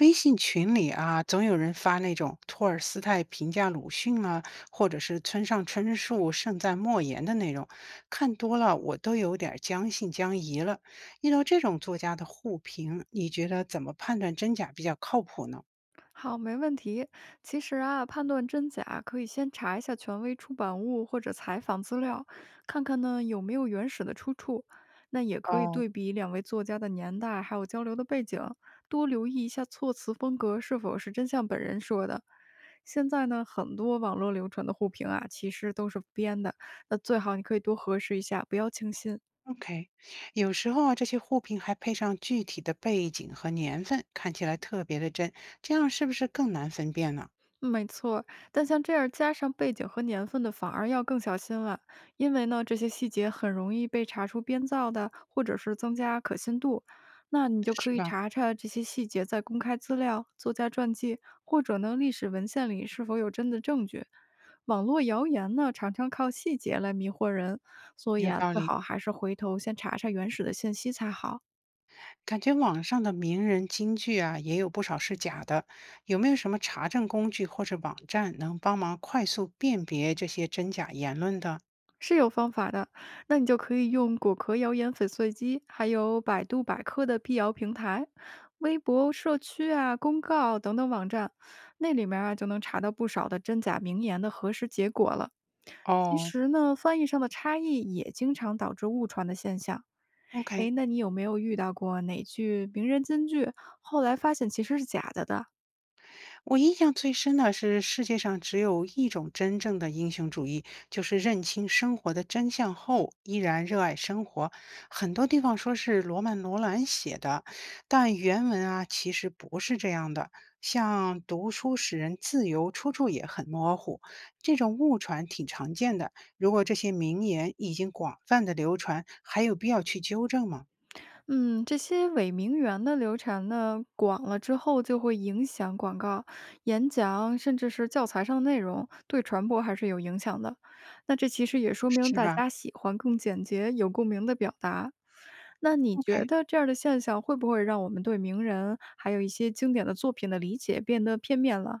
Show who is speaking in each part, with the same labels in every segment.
Speaker 1: 微信群里啊，总有人发那种托尔斯泰评价鲁迅啊，或者是村上春树盛赞莫言的内容，看多了我都有点儿将信将疑了。遇到这种作家的互评，你觉得怎么判断真假比较靠谱呢？
Speaker 2: 好，没问题。其实啊，判断真假可以先查一下权威出版物或者采访资料，看看呢有没有原始的出处。那也可以
Speaker 1: 哦
Speaker 2: 对比两位作家的年代，还有交流的背景，多留意一下措辞风格是否是真像本人说的。现在呢，很多网络流传的互评啊，其实都是编的。那最好你可以多核实一下，不要轻信。
Speaker 1: ，OK，有时候啊，这些互评还配上具体的背景和年份，看起来特别的真，这样是不是更难分辨呢？
Speaker 2: 没错儿，但像这样加上背景和年份的，反而要更小心了，因为呢，这些细节很容易被查出编造的，或者是增加可信度。那你就可
Speaker 1: 是
Speaker 2: 以
Speaker 1: 吧？
Speaker 2: 查查这些细节在公开资料、作家传记或者呢历史文献里是否有真的证据。网络谣言呢，常常靠细节来迷惑人，所以
Speaker 1: 有
Speaker 2: 啊，
Speaker 1: 道
Speaker 2: 最
Speaker 1: 理。
Speaker 2: 好还是回头先查查原始的信息才好。
Speaker 1: 感觉网上的名人金句啊，也有不少是假的。有没有什么查证工具或者网站能帮忙快速辨别这些真假言论的？
Speaker 2: 是有方法的，那你就可以用果壳谣言粉碎机，还有百度百科的辟谣平台、微博社区啊、公告等等网站，那里面啊就能查到不少的真假名言的核实结果了。其
Speaker 1: 哦
Speaker 2: 实呢，翻译上的差异也经常导致误传的现象。
Speaker 1: ，OK，
Speaker 2: 诶，那你有没有遇到过哪句名人金句，后来发现其实是假的的？
Speaker 1: 我印象最深的是，世界上只有一种真正的英雄主义，就是认清生活的真相后，依然热爱生活。很多地方说是罗曼·罗兰写的，但原文啊其实不是这样的。像“读书使人自由”，出处也很模糊，这种误传挺常见的。如果这些名言已经广泛的流传，还有必要去纠正吗？
Speaker 2: 嗯，这些伪名媛的流传呢，广了之后就会影响广告、演讲，甚至是教材上的内容，对传播还是有影响的。那这其实也说明
Speaker 1: 是
Speaker 2: 大
Speaker 1: 吧
Speaker 2: 家喜欢更简洁、有共鸣的表达。那你觉
Speaker 1: ？OK。
Speaker 2: 得这样的现象会不会让我们对名人还有一些经典的作品的理解变得片面了？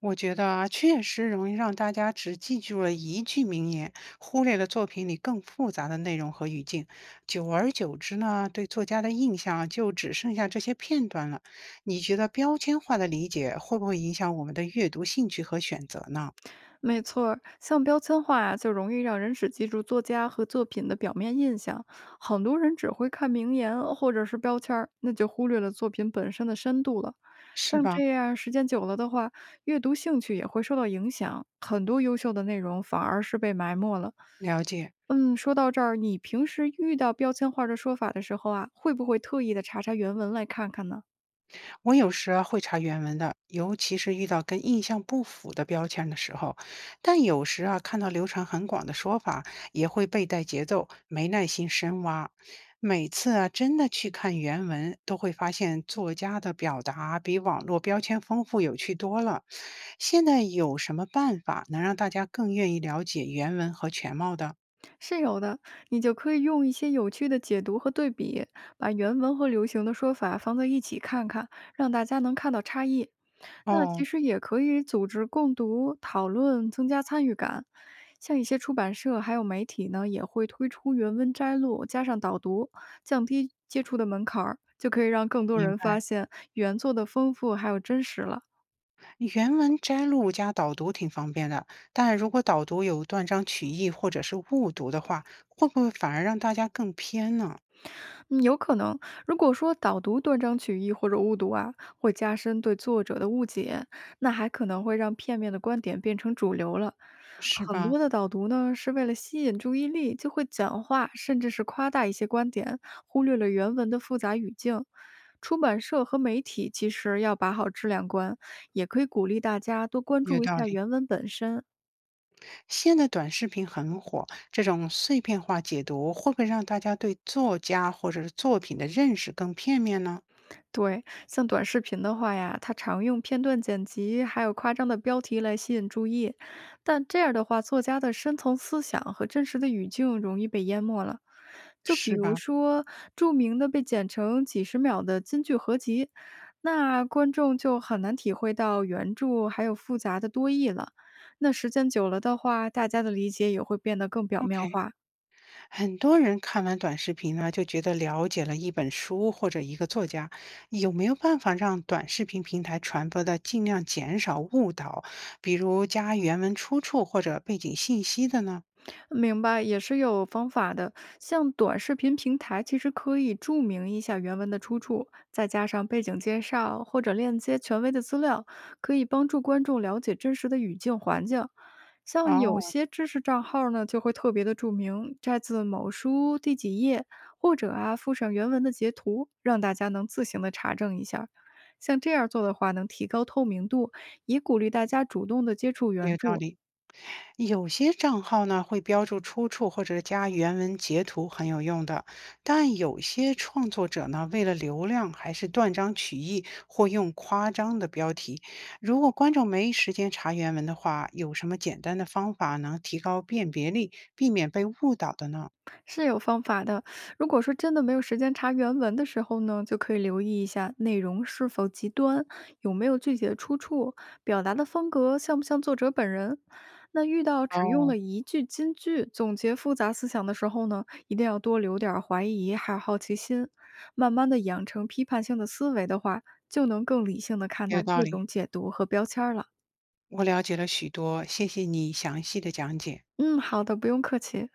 Speaker 1: 我觉得啊，确实容易让大家只记住了一句名言，忽略了作品里更复杂的内容和语境。久而久之呢，对作家的印象啊就只剩下这些片段了。你觉得标签化的理解会不会影响我们的阅读兴趣和选择呢？
Speaker 2: 没错儿，像标签化啊，就容易让人只记住作家和作品的表面印象。很多人只会看名言或者是标签儿，那就忽略了作品本身的深度了。
Speaker 1: 是
Speaker 2: 像
Speaker 1: 吧？
Speaker 2: 这样，时间久了的话，阅读兴趣也会受到影响，很多优秀的内容反而是被埋没了。
Speaker 1: 了解。
Speaker 2: 嗯，说到这儿，你平时遇到标签化的说法的时候啊，会不会特意的查查原文来看看呢？
Speaker 1: 我有时啊会查原文的，尤其是遇到跟印象不符的标签的时候，但有时啊看到流传很广的说法，也会被带节奏，没耐心深挖。每次啊真的去看原文，都会发现作家的表达比网络标签丰富有趣多了。现在有什么办法能让大家更愿意了解原文和全貌的？
Speaker 2: 是有的，你就可以用一些有趣的解读和对比，把原文和流行的说法放在一起看看，让大家能看到差异。那
Speaker 1: 哦，
Speaker 2: 其实也可以组织共读讨论，增加参与感。像一些出版社还有媒体呢，也会推出原文摘录加上导读，降低接触的门槛儿，就可以让更多
Speaker 1: 明
Speaker 2: 人
Speaker 1: 白。
Speaker 2: 发现原作的丰富还有真实了。
Speaker 1: 原文摘录加导读挺方便的，但如果导读有断章取义或者是误读的话，会不会反而让大家更偏呢？
Speaker 2: 嗯，有可能。如果说导读断章取义或者误读啊，会加深对作者的误解，那还可能会让片面的观点变成主流了。
Speaker 1: 是
Speaker 2: 很
Speaker 1: 吧？
Speaker 2: 多的导读呢，是为了吸引注意力，就会简化甚至是夸大一些观点，忽略了原文的复杂语境。出版社和媒体其实要把好质量关，也可以鼓励大家多关
Speaker 1: 有
Speaker 2: 注一
Speaker 1: 道
Speaker 2: 下
Speaker 1: 理。
Speaker 2: 原文本身。
Speaker 1: 现在短视频很火，这种碎片化解读会不会让大家对作家或者是作品的认识更片面呢？
Speaker 2: 对，像短视频的话呀，它常用片段剪辑，还有夸张的标题来吸引注意，但这样的话，作家的深层思想和真实的语境容易被淹没了。就比
Speaker 1: 是
Speaker 2: 如
Speaker 1: 吧
Speaker 2: 说，著名的被剪成几十秒的金句合集，那观众就很难体会到原著还有复杂的多义了。那时间久了的话，大家的理解也会变得更表面
Speaker 1: ？OK。
Speaker 2: 化。
Speaker 1: 很多人看完短视频呢，就觉得了解了一本书或者一个作家。有没有办法让短视频平台传播的尽量减少误导，比如加原文出处或者背景信息的呢？
Speaker 2: 明白，也是有方法的。像短视频平台，其实可以注明一下原文的出处，再加上背景介绍或者链接权威的资料，可以帮助观众了解真实的语境环境。像有
Speaker 1: 哦，
Speaker 2: 些知识账号呢，就会特别的注明摘自某书第几页，或者啊附上原文的截图，让大家能自行的查证一下。像这样做的话，能提高透明度，以鼓励大家主动的接触原
Speaker 1: 有道
Speaker 2: 著。
Speaker 1: 理。有些账号呢会标注出处或者加原文截图，很有用的。但有些创作者呢，为了流量，还是断章取义或用夸张的标题。如果观众没时间查原文的话，有什么简单的方法能提高辨别力，避免被误导的呢？
Speaker 2: 是有方法的。如果说真的没有时间查原文的时候呢，就可以留意一下内容是否极端，有没有具体的出处，表达的风格像不像作者本人。那遇到只用
Speaker 1: 哦，
Speaker 2: 了一句金句总结复杂思想的时候呢，一定要多留点儿怀疑还有好奇心，慢慢的养成批判性的思维的话，就能更理性的看
Speaker 1: 有
Speaker 2: 待
Speaker 1: 道
Speaker 2: 各
Speaker 1: 理，
Speaker 2: 种解读和标签儿了。
Speaker 1: 我了解了许多，谢谢你详细的讲解。
Speaker 2: 嗯，好的，不用客气。